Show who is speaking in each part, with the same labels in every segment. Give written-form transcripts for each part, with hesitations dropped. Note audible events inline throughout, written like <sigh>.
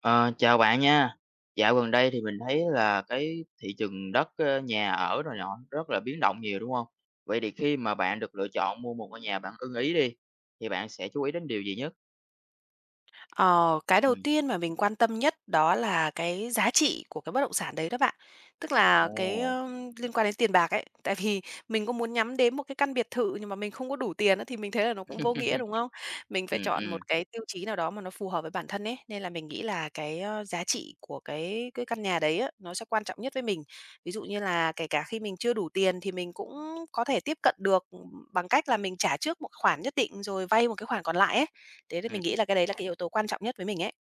Speaker 1: Ờ, Chào bạn nha. Dạo gần đây thì mình thấy là cái thị trường đất, nhà ở rồi nhỏ rất là biến động nhiều, đúng không? Vậy thì khi mà bạn được lựa chọn mua một ngôi nhà bạn ưng ý đi, thì bạn sẽ chú ý đến điều gì nhất?
Speaker 2: Ờ, cái đầu
Speaker 1: Ừm.
Speaker 2: tiên mà mình quan tâm nhất đó là cái giá trị của cái bất động sản đấy đó bạn. Tức là cái,
Speaker 1: Ồ,
Speaker 2: liên quan đến tiền bạc ấy, tại vì <laughs> mình có muốn nhắm đến một cái căn biệt thự nhưng mà mình không có đủ tiền á, thì mình thấy là nó cũng vô nghĩa, đúng không? Mình phải chọn
Speaker 1: ừm.
Speaker 2: một cái tiêu chí nào đó mà nó phù hợp với bản thân ấy, nên là mình nghĩ là cái, giá trị của cái căn nhà đấy á, nó sẽ quan trọng nhất với mình. Ví dụ như là kể cả khi mình chưa đủ tiền thì mình cũng có thể tiếp cận được, bằng cách là mình trả trước một khoản nhất định rồi vay một cái khoản còn lại ấy. Thế nên mình nghĩ là cái đấy là cái yếu tố quan trọng nhất với mình ấy.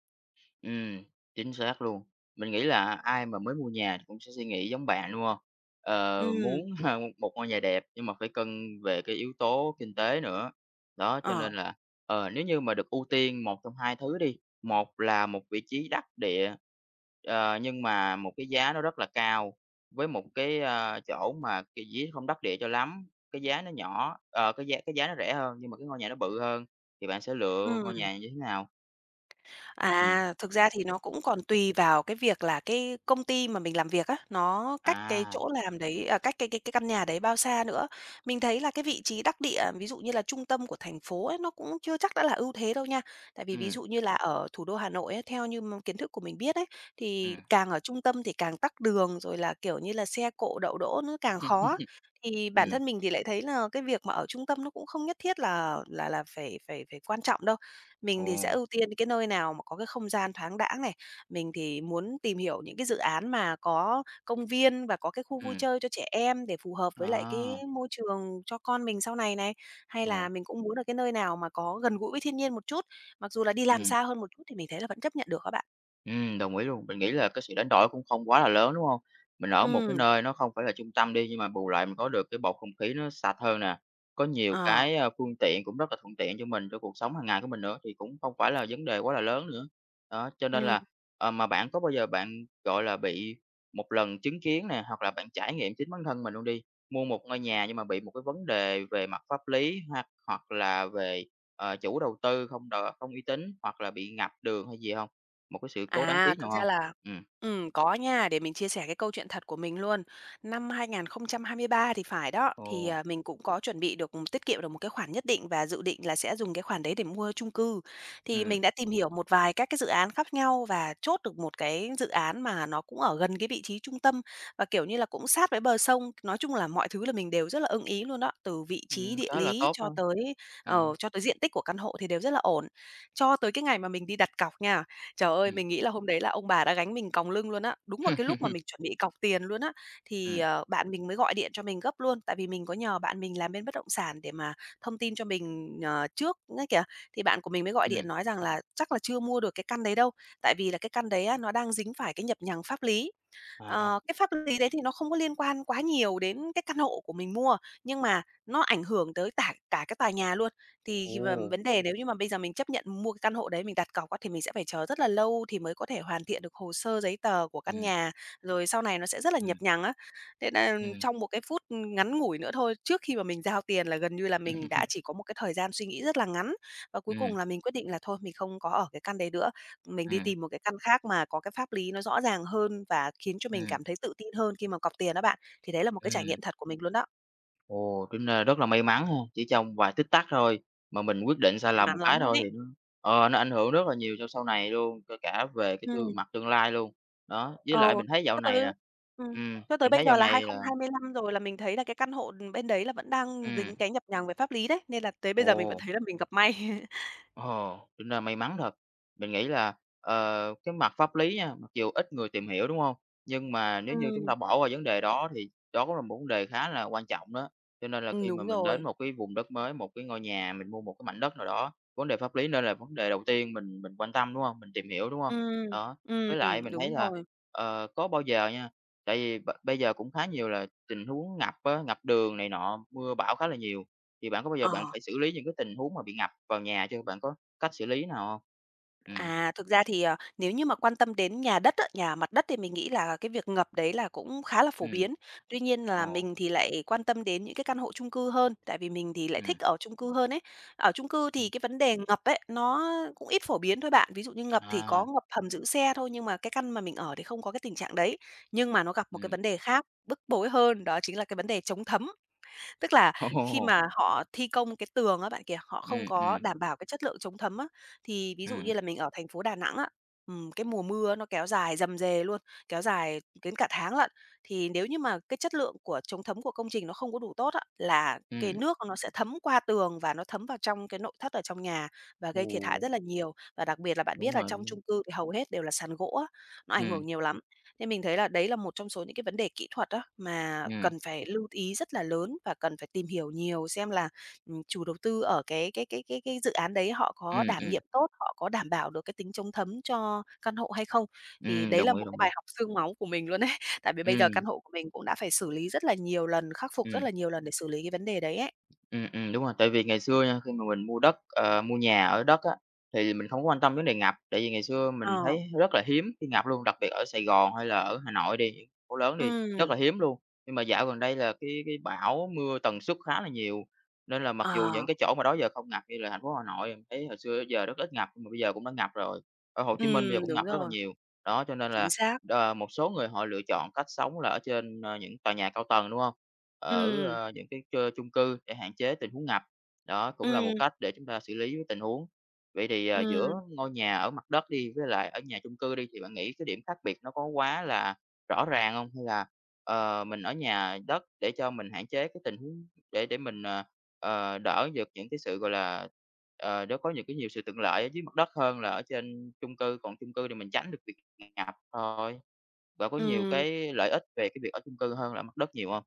Speaker 1: Ừm, chính xác luôn. Mình nghĩ là ai mà mới mua nhà thì cũng sẽ suy nghĩ giống bạn, đúng hông? Muốn
Speaker 2: Ừm.
Speaker 1: <laughs> một ngôi nhà đẹp nhưng mà phải cân về cái yếu tố kinh tế nữa. Đó, cho
Speaker 2: Ờ.
Speaker 1: nên là, nếu như mà được ưu tiên một trong hai thứ đi, một là một vị trí đắc địa, nhưng mà một cái giá nó rất là cao, với một cái, chỗ mà cái vị không đắc địa cho lắm, cái giá nó nhỏ, cái giá nó rẻ hơn nhưng mà cái ngôi nhà nó bự hơn, thì bạn sẽ lựa ngôi
Speaker 2: Ừm.
Speaker 1: nhà như thế nào? Ừm,
Speaker 2: À, thực ra thì nó cũng còn tùy vào cái việc là cái công ty mà mình làm việc á, nó cách cái
Speaker 1: à,
Speaker 2: chỗ làm đấy à, cách cái căn nhà đấy bao xa nữa. Mình thấy là cái vị trí đắc địa, ví dụ như là trung tâm của thành phố ấy, nó cũng chưa chắc đã là ưu thế đâu nha. Tại vì ví
Speaker 1: ừm.
Speaker 2: dụ như là ở thủ đô Hà Nội ấy, theo như kiến thức của mình biết ấy,
Speaker 1: Ừ,
Speaker 2: thì càng ở trung tâm thì càng tắc đường, rồi là kiểu như là xe cộ đậu đỗ nó càng khó. Thì bản
Speaker 1: ừ,
Speaker 2: thân mình thì lại thấy là cái việc mà ở trung tâm nó cũng không nhất thiết là phải phải phải quan trọng đâu. Mình
Speaker 1: ồ,
Speaker 2: thì sẽ ưu tiên cái nơi nào mà có cái không gian thoáng đãng này. Mình thì muốn tìm hiểu những cái dự án mà có công viên và có cái khu
Speaker 1: ừ,
Speaker 2: vui chơi cho trẻ em để phù hợp với lại cái
Speaker 1: à,
Speaker 2: môi trường cho con mình sau này này. Hay
Speaker 1: ồ,
Speaker 2: là mình cũng muốn ở cái nơi nào mà có gần gũi với thiên nhiên một chút, mặc dù là đi
Speaker 1: ừ.
Speaker 2: làm xa hơn một chút thì mình thấy là vẫn chấp nhận được các bạn.
Speaker 1: Đồng ý luôn. Mình nghĩ là cái sự đánh đổi cũng không quá là lớn, đúng không? Mình ở một cái
Speaker 2: Ừ.
Speaker 1: nơi nó không phải là trung tâm đi, nhưng mà bù lại mình có được cái bầu không khí nó sạch hơn nè, có nhiều
Speaker 2: Ờ,
Speaker 1: cái, phương tiện cũng rất là thuận tiện cho mình, cho cuộc sống hàng ngày của mình nữa, thì cũng không phải là vấn đề quá là lớn nữa. Đó, cho nên
Speaker 2: ừm.
Speaker 1: là, mà bạn có bao giờ bạn, gọi là, bị một lần chứng kiến nè, hoặc là bạn trải nghiệm chính bản thân mình luôn đi, mua một ngôi nhà nhưng mà bị một cái vấn đề về mặt pháp lý hoặc hoặc là về, chủ đầu tư không uy tín, hoặc là bị ngập đường hay gì không, một cái sự cố đáng
Speaker 2: À,
Speaker 1: tiếc
Speaker 2: thực
Speaker 1: nào
Speaker 2: ra
Speaker 1: hông?
Speaker 2: là
Speaker 1: Ừm,
Speaker 2: có nha, để mình chia sẻ cái câu chuyện thật của mình luôn. Năm hai hai không hai ba thì phải đó, thì,
Speaker 1: ồ,
Speaker 2: mình cũng có chuẩn bị được tiết kiệm được một cái khoản nhất định và dự định là sẽ dùng cái khoản đấy để mua chung cư. Thì
Speaker 1: ừm,
Speaker 2: mình đã tìm hiểu một vài các cái dự án khác nhau và chốt được một cái dự án mà nó cũng ở gần cái vị trí trung tâm và, kiểu như là, cũng sát với bờ sông. Nói chung là mọi thứ là mình đều rất là ưng ý luôn đó, từ vị trí địa
Speaker 1: khá là
Speaker 2: lý
Speaker 1: tốt á.
Speaker 2: cho tới
Speaker 1: Ừm,
Speaker 2: cho tới diện tích của căn hộ thì đều rất là ổn. Cho tới cái ngày mà mình đi đặt cọc nha, trời ơi,
Speaker 1: ừm,
Speaker 2: mình nghĩ là hôm đấy là ông bà đã gánh mình còng lưng luôn á. Đúng vào cái lúc mà mình
Speaker 1: <laughs>
Speaker 2: chuẩn bị cọc tiền luôn á, thì,
Speaker 1: ừm,
Speaker 2: bạn mình mới gọi điện cho mình gấp luôn, tại vì mình có nhờ bạn mình làm bên bất động sản để mà thông tin cho mình, trước ấy kìa. Thì bạn của mình mới gọi điện
Speaker 1: ừm,
Speaker 2: nói rằng là chắc là chưa mua được cái căn đấy đâu, tại vì là cái căn đấy á, nó đang dính phải cái nhập nhằng pháp lý.
Speaker 1: à,
Speaker 2: Ờ, cái pháp lý đấy thì nó không có liên quan quá nhiều đến cái căn hộ của mình mua, nhưng mà nó ảnh hưởng tới tả cả cái tòa nhà luôn. Thì khi mà
Speaker 1: ồ,
Speaker 2: vấn đề nếu như mà bây giờ mình chấp nhận mua cái căn hộ đấy, mình đặt cọc á, thì mình sẽ phải chờ rất là lâu thì mới có thể hoàn thiện được hồ sơ giấy tờ của căn
Speaker 1: ừm,
Speaker 2: nhà, rồi sau này nó sẽ rất là nhập
Speaker 1: ừm,
Speaker 2: nhằng á. Thế là
Speaker 1: ừm,
Speaker 2: trong một cái phút ngắn ngủi nữa thôi, trước khi mà mình giao tiền là gần như là mình đã
Speaker 1: <laughs>
Speaker 2: chỉ có một cái thời gian suy nghĩ rất là ngắn, và cuối
Speaker 1: ừm,
Speaker 2: cùng là mình quyết định là thôi mình không có ở cái căn đấy nữa. Mình đi
Speaker 1: ừm,
Speaker 2: tìm một cái căn khác mà có cái pháp lý nó rõ ràng hơn và khiến cho mình
Speaker 1: ừm,
Speaker 2: cảm thấy tự tin hơn khi mà cọp tiền đó bạn. Thì đấy là một cái trải
Speaker 1: ừm,
Speaker 2: nghiệm thật của mình luôn đó,
Speaker 1: ồ, tính ra rất là may mắn ha, chỉ trong vài tích tắc thôi mà mình quyết định sai
Speaker 2: may
Speaker 1: lầm
Speaker 2: mắn
Speaker 1: một
Speaker 2: lắm
Speaker 1: cái
Speaker 2: luôn
Speaker 1: thôi
Speaker 2: ấy.
Speaker 1: thì nó ảnh hưởng rất là nhiều cho sau này luôn, kể cả về cái
Speaker 2: Ừm.
Speaker 1: tương lai luôn. Đó,
Speaker 2: ờ,
Speaker 1: với lại mình thấy dạo
Speaker 2: cho
Speaker 1: này
Speaker 2: tới
Speaker 1: nè,
Speaker 2: ừm, cho tới
Speaker 1: mình
Speaker 2: bây
Speaker 1: thấy dạo
Speaker 2: giờ là
Speaker 1: này là,
Speaker 2: 2025 rồi là mình thấy là cái căn hộ, bên đấy là vẫn đang
Speaker 1: ừm,
Speaker 2: dính cái nhập nhằng về pháp lý đấy, nên là tới bây giờ mình vẫn
Speaker 1: ồ.
Speaker 2: thấy là mình gặp may. <laughs>
Speaker 1: Ồ, tính ra may mắn thật. Mình nghĩ là, cái mặt pháp lý nha, mặc dù ít người tìm hiểu, đúng không? Nhưng mà nếu như chúng
Speaker 2: Ừm,
Speaker 1: ta bỏ qua vấn đề đó thì đó cũng là một vấn đề khá là quan trọng đó. Cho nên là khi mà
Speaker 2: đúng
Speaker 1: mình
Speaker 2: rồi.
Speaker 1: đến một cái vùng đất mới, một cái ngôi nhà, mình mua một cái mảnh đất nào đó, vấn đề pháp lý nên là vấn đề đầu tiên mình quan tâm, đúng không? Mình tìm hiểu, đúng không?
Speaker 2: Ừm,
Speaker 1: Đó, với lại mình thấy
Speaker 2: đúng
Speaker 1: là,
Speaker 2: rồi.
Speaker 1: có bao giờ nha, tại vì bây giờ cũng khá nhiều là tình huống ngập á, ngập đường này nọ, mưa bão khá là nhiều. Thì bạn có bao giờ bạn
Speaker 2: Ờ.
Speaker 1: phải xử lý những cái tình huống mà bị ngập vào nhà chưa? Bạn có cách xử lý nào hông? Ừm,
Speaker 2: À, thực ra thì, nếu như mà quan tâm đến nhà đất á, nhà mặt đất thì mình nghĩ là cái việc ngập đấy là cũng khá là phổ
Speaker 1: ừm,
Speaker 2: biến. Tuy nhiên là
Speaker 1: ồ,
Speaker 2: mình thì lại quan tâm đến những cái căn hộ chung cư hơn, tại vì mình thì lại thích
Speaker 1: ừm,
Speaker 2: ở chung cư hơn ấy. Ở chung cư thì
Speaker 1: ừm,
Speaker 2: cái vấn đề ngập ấy, nó cũng ít phổ biến thôi bạn. Ví dụ như ngập thì
Speaker 1: à,
Speaker 2: có ngập hầm giữ xe thôi, nhưng mà cái căn mà mình ở thì không có cái tình trạng đấy. Nhưng mà nó gặp một cái
Speaker 1: ừm,
Speaker 2: vấn đề khác, bức bối hơn, đó chính là cái vấn đề chống thấm. Tức là
Speaker 1: <laughs>
Speaker 2: khi
Speaker 1: ồ,
Speaker 2: mà họ thi công cái tường á bạn kìa, họ không
Speaker 1: ừm,
Speaker 2: có
Speaker 1: ừm,
Speaker 2: đảm bảo cái chất lượng chống thấm á. Thì ví dụ như
Speaker 1: ừm,
Speaker 2: là mình ở thành phố Đà Nẵng á, cái mùa mưa nó kéo dài rầm rề luôn, kéo dài đến cả tháng lận. Thì nếu như mà cái chất lượng của chống thấm của công trình nó không có đủ tốt á, là cái
Speaker 1: ừm,
Speaker 2: nước nó sẽ thấm qua tường và nó thấm vào trong cái nội thất ở trong nhà và gây thiệt hại
Speaker 1: ừ,
Speaker 2: rất là nhiều. Và đặc biệt là bạn biết
Speaker 1: đúng
Speaker 2: là
Speaker 1: rồi,
Speaker 2: trong
Speaker 1: đúng rồi.
Speaker 2: chung cư thì hầu hết đều là sàn gỗ á, nó ảnh
Speaker 1: Ừm,
Speaker 2: hưởng nhiều lắm. Nên mình thấy là đấy là một trong số những cái vấn đề kỹ thuật á, mà
Speaker 1: ừm,
Speaker 2: cần phải lưu ý rất là lớn và cần phải tìm hiểu nhiều xem là, chủ đầu tư ở cái dự án đấy họ có
Speaker 1: ừm,
Speaker 2: đảm
Speaker 1: ừm,
Speaker 2: nhiệm tốt, họ có đảm bảo được cái tính chống thấm cho căn hộ hay không. Thì đấy là
Speaker 1: đồng
Speaker 2: một
Speaker 1: ý,
Speaker 2: cái
Speaker 1: đồng ý.
Speaker 2: bài học xương máu của mình luôn đấy <laughs> tại vì bây giờ căn
Speaker 1: Ừm,
Speaker 2: hộ của mình cũng đã phải xử lý rất là nhiều lần, khắc phục rất
Speaker 1: ừm.
Speaker 2: là nhiều lần để xử lý cái vấn đề đấy ấy.
Speaker 1: Đúng rồi, tại vì ngày xưa nha, khi mà mình mua đất, mua nhà ở đất á, thì mình không có quan tâm vấn đề ngập, tại vì ngày xưa mình
Speaker 2: Ờ,
Speaker 1: thấy rất là hiếm khi ngập luôn, đặc biệt ở Sài Gòn hay là ở Hà Nội đi, những phố lớn đi, rất
Speaker 2: ừ,
Speaker 1: là hiếm luôn. Nhưng mà dạo gần đây là cái bão mưa tần suất khá là nhiều, nên là mặc dù những
Speaker 2: ờ,
Speaker 1: cái chỗ mà đó giờ không ngập như là thành phố Hà Nội, mình thấy hồi xưa giờ rất ít ngập, nhưng mà bây giờ cũng đã ngập rồi, ở Hồ
Speaker 2: ừ,
Speaker 1: Chí Minh bây giờ cũng
Speaker 2: đúng
Speaker 1: ngập rất là
Speaker 2: rồi,
Speaker 1: nhiều. Đó, cho nên
Speaker 2: chính
Speaker 1: là,
Speaker 2: xác.
Speaker 1: Một số người họ lựa chọn cách sống là ở trên, những tòa nhà cao tầng, đúng không? Ở,
Speaker 2: Ừ,
Speaker 1: những cái chung cư để hạn chế tình huống ngập, đó cũng là
Speaker 2: ừ,
Speaker 1: một cách để chúng ta xử lý với tình huống. Vậy thì, giữa
Speaker 2: ừ,
Speaker 1: ngôi nhà ở mặt đất đi với lại ở nhà chung cư đi, thì bạn nghĩ cái điểm khác biệt nó có quá là rõ ràng không? Hay là, mình ở nhà đất để cho mình hạn chế cái tình huống, để mình, đỡ được những cái sự, gọi là, nó có những cái nhiều sự tiện lợi ở dưới mặt đất hơn là ở trên chung cư, còn chung cư thì mình tránh được việc ngập thôi. Và có nhiều
Speaker 2: ừm.
Speaker 1: cái lợi ích về cái việc ở chung cư hơn là mặt đất nhiều không?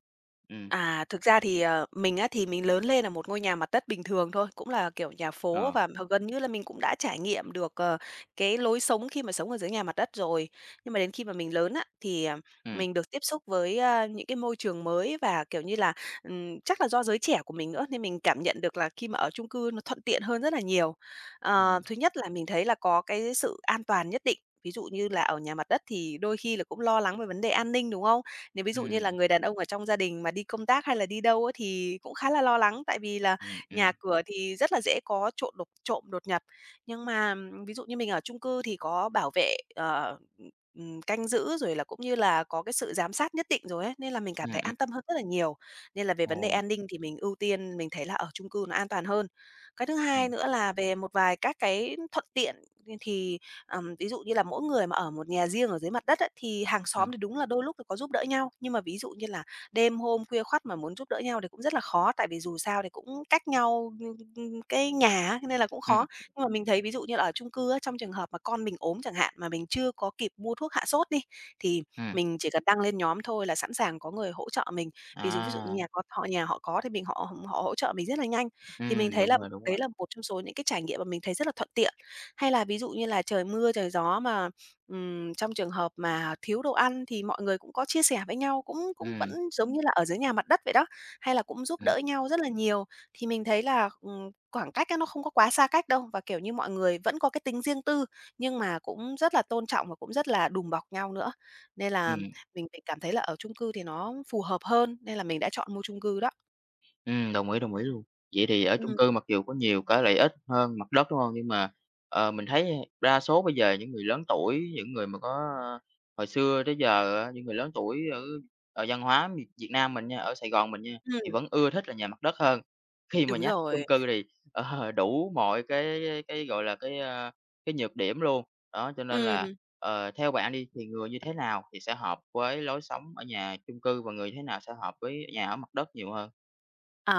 Speaker 1: Ừ,
Speaker 2: À, thực ra thì, mình á, thì mình lớn lên ở một ngôi nhà mặt đất bình thường thôi, cũng là, kiểu, nhà phố
Speaker 1: ờ,
Speaker 2: và gần như là mình cũng đã trải nghiệm được, cái lối sống khi mà sống ở dưới nhà mặt đất rồi. Nhưng mà đến khi mà mình lớn á, thì,
Speaker 1: ừ,
Speaker 2: mình được tiếp xúc với, những cái môi trường mới và, kiểu như là, chắc là do giới trẻ của mình nữa, nên mình cảm nhận được là khi mà ở chung cư nó thuận tiện hơn rất là nhiều. Ờ,
Speaker 1: ừ,
Speaker 2: thứ nhất là mình thấy là có cái sự an toàn nhất định, ví dụ như là ở nhà mặt đất thì đôi khi là cũng lo lắng về vấn đề an ninh, đúng không? Nếu ví
Speaker 1: ừ,
Speaker 2: dụ như là người đàn ông ở trong gia đình mà đi công tác hay là đi đâu á thì cũng khá là lo lắng, tại vì là
Speaker 1: ừ,
Speaker 2: nhà cửa thì rất là dễ có trộm đột nhập. Nhưng mà ví dụ như mình ở chung cư thì có bảo vệ, canh giữ rồi là cũng như là có cái sự giám sát nhất định rồi ấy, nên là mình cảm thấy
Speaker 1: ừm, ừm,
Speaker 2: an tâm hơn rất là nhiều. Nên là về vấn đề
Speaker 1: ồ,
Speaker 2: an ninh thì mình ưu tiên mình thấy là ở chung cư nó an toàn hơn. Cái thứ
Speaker 1: ừ,
Speaker 2: hai nữa là về một vài các cái thuận tiện thì ví dụ như là mỗi người mà ở một nhà riêng ở dưới mặt đất á, thì hàng
Speaker 1: ừ,
Speaker 2: xóm thì đúng là đôi lúc thì có giúp đỡ nhau, nhưng mà ví dụ như là đêm hôm khuya khoắt mà muốn giúp đỡ nhau thì cũng rất là khó, tại vì dù sao thì cũng cách nhau, ưm, ưm, cái nhà á, nên là cũng
Speaker 1: ừ,
Speaker 2: khó. Nhưng mà mình thấy ví dụ như là ở chung cư á, trong trường hợp mà con mình ốm chẳng hạn, mà mình chưa có kịp mua thuốc hạ sốt đi, thì
Speaker 1: ừ,
Speaker 2: mình chỉ cần đăng lên nhóm thôi là sẵn sàng có người hỗ trợ mình. Ví dụ
Speaker 1: à,
Speaker 2: nhà họ có thì mình họ họ hỗ trợ mình rất là nhanh. Thì mình thấy là
Speaker 1: đúng
Speaker 2: đấy
Speaker 1: rồi,
Speaker 2: là một trong số những cái trải nghiệm mà mình thấy rất là thuận tiện. Hay là ví dụ như là trời mưa, trời gió mà, trong trường hợp mà thiếu đồ ăn thì mọi người cũng có chia sẻ với nhau, cũng cũng
Speaker 1: ừ,
Speaker 2: vẫn giống như là ở dưới nhà mặt đất vậy đó, hay là cũng giúp
Speaker 1: ừ,
Speaker 2: đỡ nhau rất là nhiều. Thì mình thấy là, khoảng cách á nó không có quá xa cách đâu và, kiểu như, mọi người vẫn có cái tính riêng tư, nhưng mà cũng rất là tôn trọng và cũng rất là đùm bọc nhau nữa. Nên
Speaker 1: ừ.
Speaker 2: là mình cảm thấy là ở chung cư thì nó phù hợp hơn, nên là mình đã chọn mua chung cư đó.
Speaker 1: Ừ, đồng ý luôn. Vậy thì ở chung
Speaker 2: Ừm,
Speaker 1: cư mặc dù có nhiều cái lợi ích hơn mặt đất, đúng không? Nhưng mà, mình thấy đa số bây giờ những người lớn tuổi, những người mà có, ờ, hồi xưa tới giờ á, những người lớn tuổi ở, ở văn hóa Việt Việt Nam mình nha, ở Sài Gòn mình nha, thì
Speaker 2: ừm,
Speaker 1: vẫn ưa thích là nhà mặt đất hơn. Khi mà
Speaker 2: đúng
Speaker 1: nhắc chung
Speaker 2: rồi.
Speaker 1: cư thì, ờ, <laughs> đủ mọi gọi là, cái, cái nhược điểm luôn. Đó, cho nên là,
Speaker 2: Ừm.
Speaker 1: theo bạn đi thì người như thế nào thì sẽ hợp với lối sống ở nhà chung cư và người thế nào sẽ hợp với nhà ở mặt đất nhiều hơn?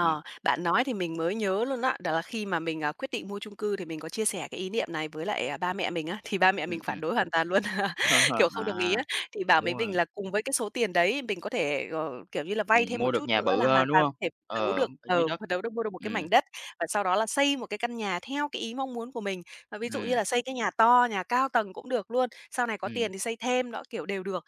Speaker 1: Ừm,
Speaker 2: bạn nói thì mình mới nhớ luôn á, đó là khi mà mình, quyết định mua chung cư thì mình có chia sẻ cái ý niệm này với lại, ba mẹ mình á, thì ba mẹ mình
Speaker 1: ừm,
Speaker 2: phản
Speaker 1: ừm.
Speaker 2: đối hoàn toàn luôn, <laughs> kiểu,
Speaker 1: <laughs>
Speaker 2: không đồng ý
Speaker 1: À,
Speaker 2: á. Thì bảo với
Speaker 1: đúng rồi,
Speaker 2: mình là cùng với cái số tiền đấy mình có thể, kiểu như là, vay thêm
Speaker 1: mua
Speaker 2: một chút
Speaker 1: được nhà
Speaker 2: nữa là
Speaker 1: bự
Speaker 2: hoàn
Speaker 1: hơn, đúng
Speaker 2: toàn có
Speaker 1: không?
Speaker 2: thể phấn đấu được
Speaker 1: Ở
Speaker 2: ờ,
Speaker 1: dưới đất.
Speaker 2: phấn đấu được mua được một cái
Speaker 1: Ừm,
Speaker 2: mảnh đất và sau đó là xây một cái căn nhà theo cái ý mong muốn của mình. Và ví dụ như
Speaker 1: ừm,
Speaker 2: là xây cái nhà to, nhà cao tầng cũng được luôn, sau này có
Speaker 1: ừm,
Speaker 2: tiền thì xây thêm đó, kiểu, đều được.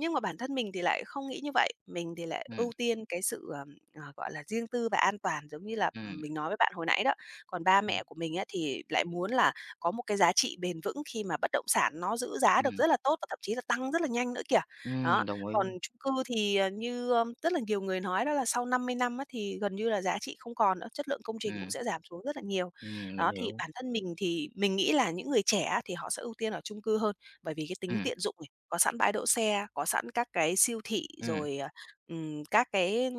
Speaker 2: Nhưng mà bản thân mình thì lại không nghĩ như vậy, mình thì lại ưu
Speaker 1: ừm,
Speaker 2: tiên cái sự, gọi là, riêng tư và an toàn giống như là,
Speaker 1: ừm,
Speaker 2: mình nói với bạn hồi nãy đó. Còn ba
Speaker 1: ừm,
Speaker 2: mẹ của mình á thì lại muốn là có một cái giá trị bền vững khi mà bất động sản nó giữ giá được
Speaker 1: ừm,
Speaker 2: rất là tốt và thậm chí là tăng rất là nhanh nữa kìa. Đó,
Speaker 1: đồng ý.
Speaker 2: còn chung cư thì, rất là nhiều người nói đó là sau 50 năm á thì gần như là giá trị không còn nữa, chất lượng công trình cũng
Speaker 1: Ừm,
Speaker 2: sẽ giảm xuống rất là nhiều.
Speaker 1: mình
Speaker 2: Đó, thì
Speaker 1: hiểu.
Speaker 2: bản thân mình thì mình nghĩ là những người trẻ á thì họ sẽ ưu tiên ở chung cư hơn, bởi vì cái tính
Speaker 1: Ừm,
Speaker 2: tiện dụng này, có sẵn bãi đỗ xe, có sẵn các cái siêu thị
Speaker 1: ừm,
Speaker 2: rồi, các cái,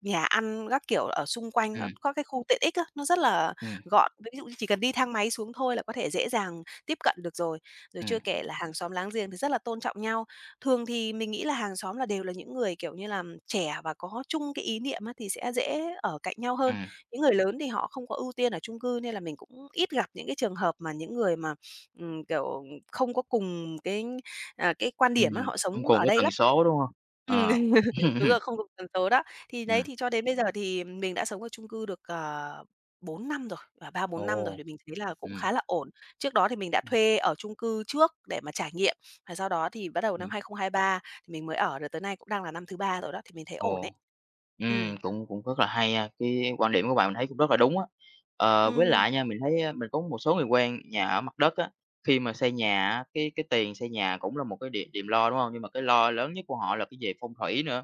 Speaker 2: nhà ăn các kiểu ở xung quanh,
Speaker 1: ừm,
Speaker 2: có cái khu tiện ích á, nó rất là
Speaker 1: ừm,
Speaker 2: gọn. Ví dụ như chỉ cần đi thang máy xuống thôi là có thể dễ dàng tiếp cận được rồi. Rồi
Speaker 1: ừm,
Speaker 2: chưa kể là hàng xóm láng giềng thì rất là tôn trọng nhau. Thường thì mình nghĩ là hàng xóm là đều là những người, kiểu như là, trẻ và có chung cái ý niệm á thì sẽ dễ ở cạnh nhau hơn.
Speaker 1: ừm,
Speaker 2: Những người lớn thì họ không có ưu tiên ở chung cư nên là mình cũng ít gặp những cái trường hợp mà những người mà, kiểu, không có cùng cái, cái quan
Speaker 1: ừm,
Speaker 2: điểm á, họ
Speaker 1: không
Speaker 2: sống
Speaker 1: cùng
Speaker 2: ở
Speaker 1: cái
Speaker 2: đây
Speaker 1: tần
Speaker 2: lắm.
Speaker 1: số, đúng không?
Speaker 2: Ừm,
Speaker 1: Ờ.
Speaker 2: <laughs> đúng rồi,
Speaker 1: <laughs>
Speaker 2: không được tần số đó. Thì đấy,
Speaker 1: Ừm,
Speaker 2: thì cho đến bây giờ thì mình đã sống ở chung cư được, 4 năm rồi, 3, 4 năm rồi
Speaker 1: ồ,
Speaker 2: thì mình thấy là cũng
Speaker 1: ừm.
Speaker 2: khá là ổn. Trước đó thì mình đã
Speaker 1: Ừ,
Speaker 2: thuê ở chung cư trước để mà trải nghiệm, và sau đó thì bắt đầu năm
Speaker 1: ừm.
Speaker 2: 2023 thì mình mới ở, rồi tới nay cũng đang là năm thứ ba rồi đó, thì mình thấy ổn đấy.
Speaker 1: Ồ,
Speaker 2: Ừm.
Speaker 1: ừm, cũng cũng rất là hay ha, cái quan điểm của bạn mình thấy cũng rất là đúng á. Với
Speaker 2: Ừm.
Speaker 1: lại nha, mình thấy á, mình có một số người quen nhà ở mặt đất á, khi mà xây nhà á, cái tiền xây nhà cũng là một cái điểm điểm lo, đúng không? Nhưng mà cái lo lớn nhất của họ là cái về phong thủy nữa,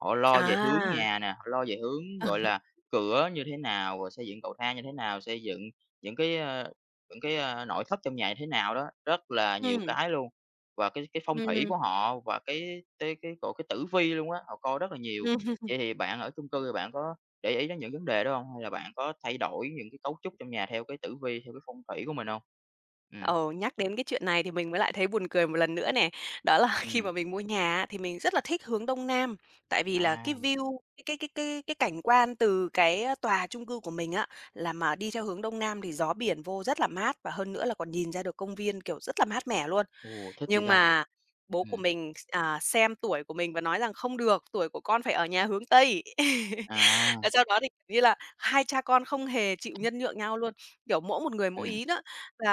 Speaker 1: họ lo về hướng
Speaker 2: À.
Speaker 1: nhà nè, họ lo về hướng, gọi là,
Speaker 2: <laughs>
Speaker 1: cửa như thế nào, rồi xây dựng cầu thang như thế nào, xây dựng những cái, ơ, những cái, nội thất trong nhà như thế nào đó, rất là nhiều
Speaker 2: Ừm,
Speaker 1: cái luôn. Và cái phong thủy
Speaker 2: ừm,
Speaker 1: của họ và cái tử vi luôn á, họ coi rất là nhiều.
Speaker 2: ừm.
Speaker 1: Vậy thì bạn ở chung cư thì bạn có để ý đến những vấn đề đó hông? Hay là bạn có thay đổi những cái cấu trúc trong nhà theo cái tử vi, theo cái phong thủy của mình hông? Ừm,
Speaker 2: Ờ, nhắc đến cái chuyện này thì mình mới lại thấy buồn cười một lần nữa nè. Đó là <laughs> khi
Speaker 1: ừm,
Speaker 2: mà mình mua nhà á, thì mình rất là thích hướng Đông Nam, tại vì là cái
Speaker 1: à,
Speaker 2: view, cái cảnh quan từ tòa chung cư của mình á, là mà đi theo hướng Đông Nam thì gió biển vô rất là mát và hơn nữa là còn nhìn ra được công viên, kiểu, rất là mát mẻ luôn.
Speaker 1: ồ, thích vậy
Speaker 2: Nhưng
Speaker 1: ta?
Speaker 2: mà bố của
Speaker 1: Ừm,
Speaker 2: mình xem tuổi của mình và nói rằng "Không được, tuổi của con phải ở nhà hướng Tây."
Speaker 1: à,
Speaker 2: <laughs> Và sau đó thì, kiểu như là, hai cha con không hề chịu nhân nhượng nhau luôn, kiểu, mỗi một người mỗi
Speaker 1: ừm,
Speaker 2: ý đó.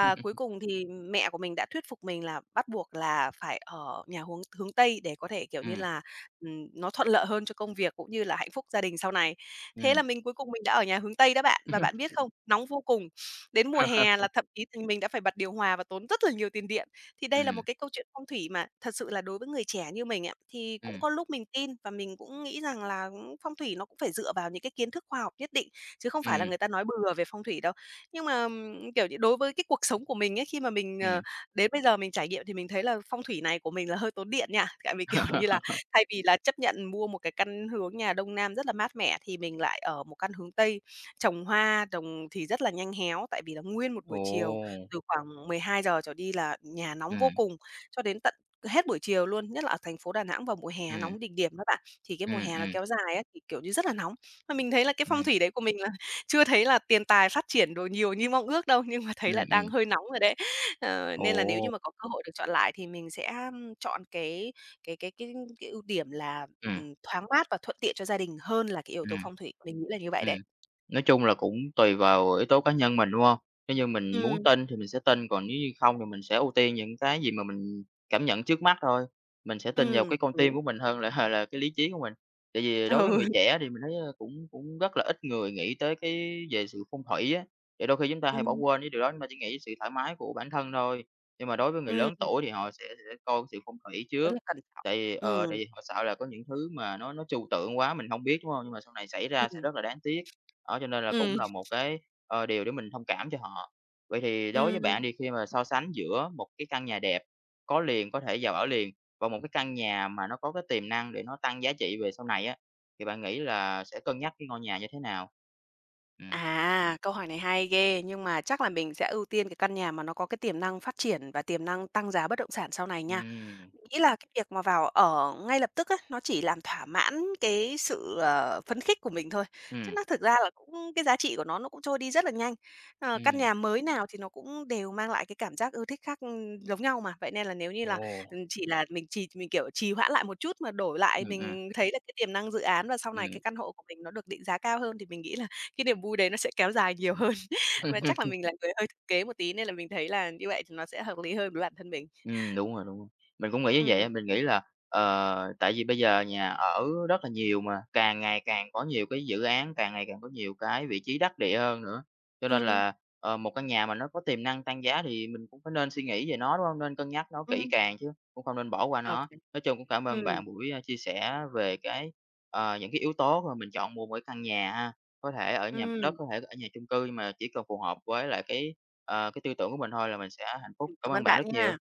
Speaker 2: cuối
Speaker 1: ừm.
Speaker 2: cùng thì mẹ của mình đã thuyết phục mình là bắt buộc là phải ở nhà huống hướng Tây để có thể, kiểu như
Speaker 1: Ừm,
Speaker 2: là, nó thuận lợi hơn cho công việc cũng như là hạnh phúc gia đình sau này. Thế là
Speaker 1: ừm,
Speaker 2: mình cuối cùng mình đã ở nhà hướng Tây đó bạn. Và bạn biết không, nóng vô cùng, đến mùa hè
Speaker 1: <laughs>
Speaker 2: là thậm chí thì mình đã phải bật điều hòa và tốn rất là nhiều tiền điện. Thì đây là
Speaker 1: ừm,
Speaker 2: một cái câu chuyện phong thủy mà thật sự là đối với người trẻ như mình á, thì cũng
Speaker 1: ừm.
Speaker 2: có lúc mình tin và mình cũng nghĩ rằng là phong thủy nó cũng phải dựa vào những cái kiến thức khoa học nhất định, chứ không phải là người ta nói bừa về phong thủy đâu. Nhưng mà, kiểu như, đối với cái cuộc sống của mình ấy, khi mà mình, đến bây giờ mình trải nghiệm thì mình thấy là phong thủy này của mình là hơi tốn điện nha. Tại vì, kiểu như là, thay vì là chấp nhận mua một cái căn hướng nhà Đông Nam rất là mát mẻ thì mình lại ở một căn hướng Tây, trồng hoa, trồng thì rất là nhanh héo, tại vì là nguyên một buổi chiều
Speaker 1: Ồ,
Speaker 2: từ khoảng 12 giờ trở đi là nhà nóng vô
Speaker 1: ừm,
Speaker 2: cùng, cho đến tận hết buổi chiều luôn, nhất là ở thành phố Đà Nẵng vào mùa hè
Speaker 1: ừm,
Speaker 2: nóng đỉnh điểm đó bạn. Thì cái mùa
Speaker 1: ừm,
Speaker 2: hè nó
Speaker 1: ừm,
Speaker 2: kéo dài á, thì, kiểu như, rất là nóng. Mà mình thấy là cái phong
Speaker 1: ừm,
Speaker 2: thủy đấy của mình là <laughs> chưa thấy là tiền tài phát triển đồ nhiều như mong ước đâu, nhưng mà thấy
Speaker 1: ừm,
Speaker 2: là
Speaker 1: ừm,
Speaker 2: đang hơi nóng rồi đấy. Ờ, nên là nếu như
Speaker 1: ồ,
Speaker 2: mà có cơ hội được chọn lại thì mình sẽ, chọn cái cái cái cái ưu điểm là,
Speaker 1: ừm,
Speaker 2: thoáng mát và thuận tiện cho gia đình hơn là cái yếu tố
Speaker 1: ừm.
Speaker 2: phong thủy, mình nghĩ là như vậy
Speaker 1: Ừm,
Speaker 2: đấy.
Speaker 1: nói chung là cũng tùy vào yếu tố cá nhân mình, đúng hông? Nếu như mình muốn
Speaker 2: Ừm,
Speaker 1: tin thì mình sẽ tin, còn nếu như không thì mình sẽ ưu tiên những cái gì mà mình cảm nhận trước mắt thôi. Mình sẽ tin vào cái con
Speaker 2: đồng ý.
Speaker 1: tim của mình hơn là <laughs> là cái lý trí của mình. Tại vì đối với người
Speaker 2: Ừ, <laughs>
Speaker 1: trẻ thì mình thấy, cũng cũng rất là ít người nghĩ tới cái về sự phong thủy á, thì đôi khi chúng ta hay bỏ
Speaker 2: ừm,
Speaker 1: quên cái điều đó, chúng ta chỉ nghĩ sự thoải mái của bản thân thôi. Nhưng mà đối với người lớn
Speaker 2: ừm,
Speaker 1: tuổi thì họ sẽ coi sự phong thủy
Speaker 2: rất
Speaker 1: trước.
Speaker 2: là cẩn trọng.
Speaker 1: Tại vì, ờ,
Speaker 2: Ừm,
Speaker 1: tại vì họ sợ là có những thứ mà nó trừu tượng quá mình hông biết, đúng hông? Nhưng mà sau này xảy ra sẽ
Speaker 2: ừm,
Speaker 1: rất là đáng tiếc, đó, cho nên là cũng
Speaker 2: ừm,
Speaker 1: là một cái, điều để mình thông cảm cho họ. Vậy thì đối với
Speaker 2: ừm.
Speaker 1: bạn đi, khi mà so sánh giữa một cái căn nhà đẹp, có liền, có thể vào ở liền và một cái căn nhà mà nó có cái tiềm năng để nó tăng giá trị về sau này á, thì bạn nghĩ là sẽ cân nhắc cái ngôi nhà như thế nào? Ừm,
Speaker 2: À, câu hỏi này hay ghê, nhưng mà chắc là mình sẽ ưu tiên cái căn nhà mà nó có cái tiềm năng phát triển và tiềm năng tăng giá bất động sản sau này nha.
Speaker 1: ừm,
Speaker 2: Mình nghĩ là cái việc mà vào ở ngay lập tức á, nó chỉ làm thỏa mãn cái sự, phấn khích của mình thôi, chứ
Speaker 1: ừm,
Speaker 2: nó thực ra là cũng cái giá trị của nó cũng trôi đi rất là nhanh. Ờ, căn
Speaker 1: ừm.
Speaker 2: nhà mới nào thì nó cũng đều mang lại cái cảm giác ưa thích khác, ừ, giống nhau mà, vậy nên là nếu như là,
Speaker 1: Ồ,
Speaker 2: chỉ là mình trì mình, kiểu, trì hoãn lại một chút mà đổi lại
Speaker 1: ừm, ừm,
Speaker 2: mình thấy là cái tiềm năng dự án và sau này cái
Speaker 1: ừm.
Speaker 2: căn hộ của mình nó được định giá cao hơn thì mình nghĩ là cái niềm vui đấy nó sẽ kéo dài nhiều hơn. <laughs> Và chắc là
Speaker 1: <laughs>
Speaker 2: mình là người hơi thực kế một tí nên là mình thấy là như vậy thì nó sẽ hợp lý hơn với bản thân mình.
Speaker 1: Ừ, đúng rồi, đúng rồi. Mình cũng nghĩ như vậy
Speaker 2: Ừm,
Speaker 1: á, mình nghĩ là, tại vì bây giờ nhà ở rất là nhiều mà, càng ngày càng có nhiều cái dự án, càng ngày càng có nhiều cái vị trí đắc địa hơn nữa, cho nên
Speaker 2: ừm,
Speaker 1: là, một căn nhà mà nó có tiềm năng tăng giá thì mình cũng phải nên suy nghĩ về nó, đúng hông? Nên cân nhắc nó kỹ
Speaker 2: ừm.
Speaker 1: càng chứ cũng không nên bỏ qua
Speaker 2: Ô
Speaker 1: nó.
Speaker 2: kê.
Speaker 1: Nói chung cũng cảm ơn
Speaker 2: Ừm,
Speaker 1: bạn buổi, chia sẻ về cái, những cái yếu tố mà mình chọn mua mỗi căn nhà ha. Có thể ở nhà mặt đất,
Speaker 2: ừm,
Speaker 1: có thể ở nhà chung cư, nhưng mà chỉ cần phù hợp với lại cái tư tưởng của mình thôi là mình sẽ hạnh phúc. Cảm
Speaker 2: cảm ơn
Speaker 1: ơn bạn
Speaker 2: bạn
Speaker 1: rất nhiều.
Speaker 2: nha.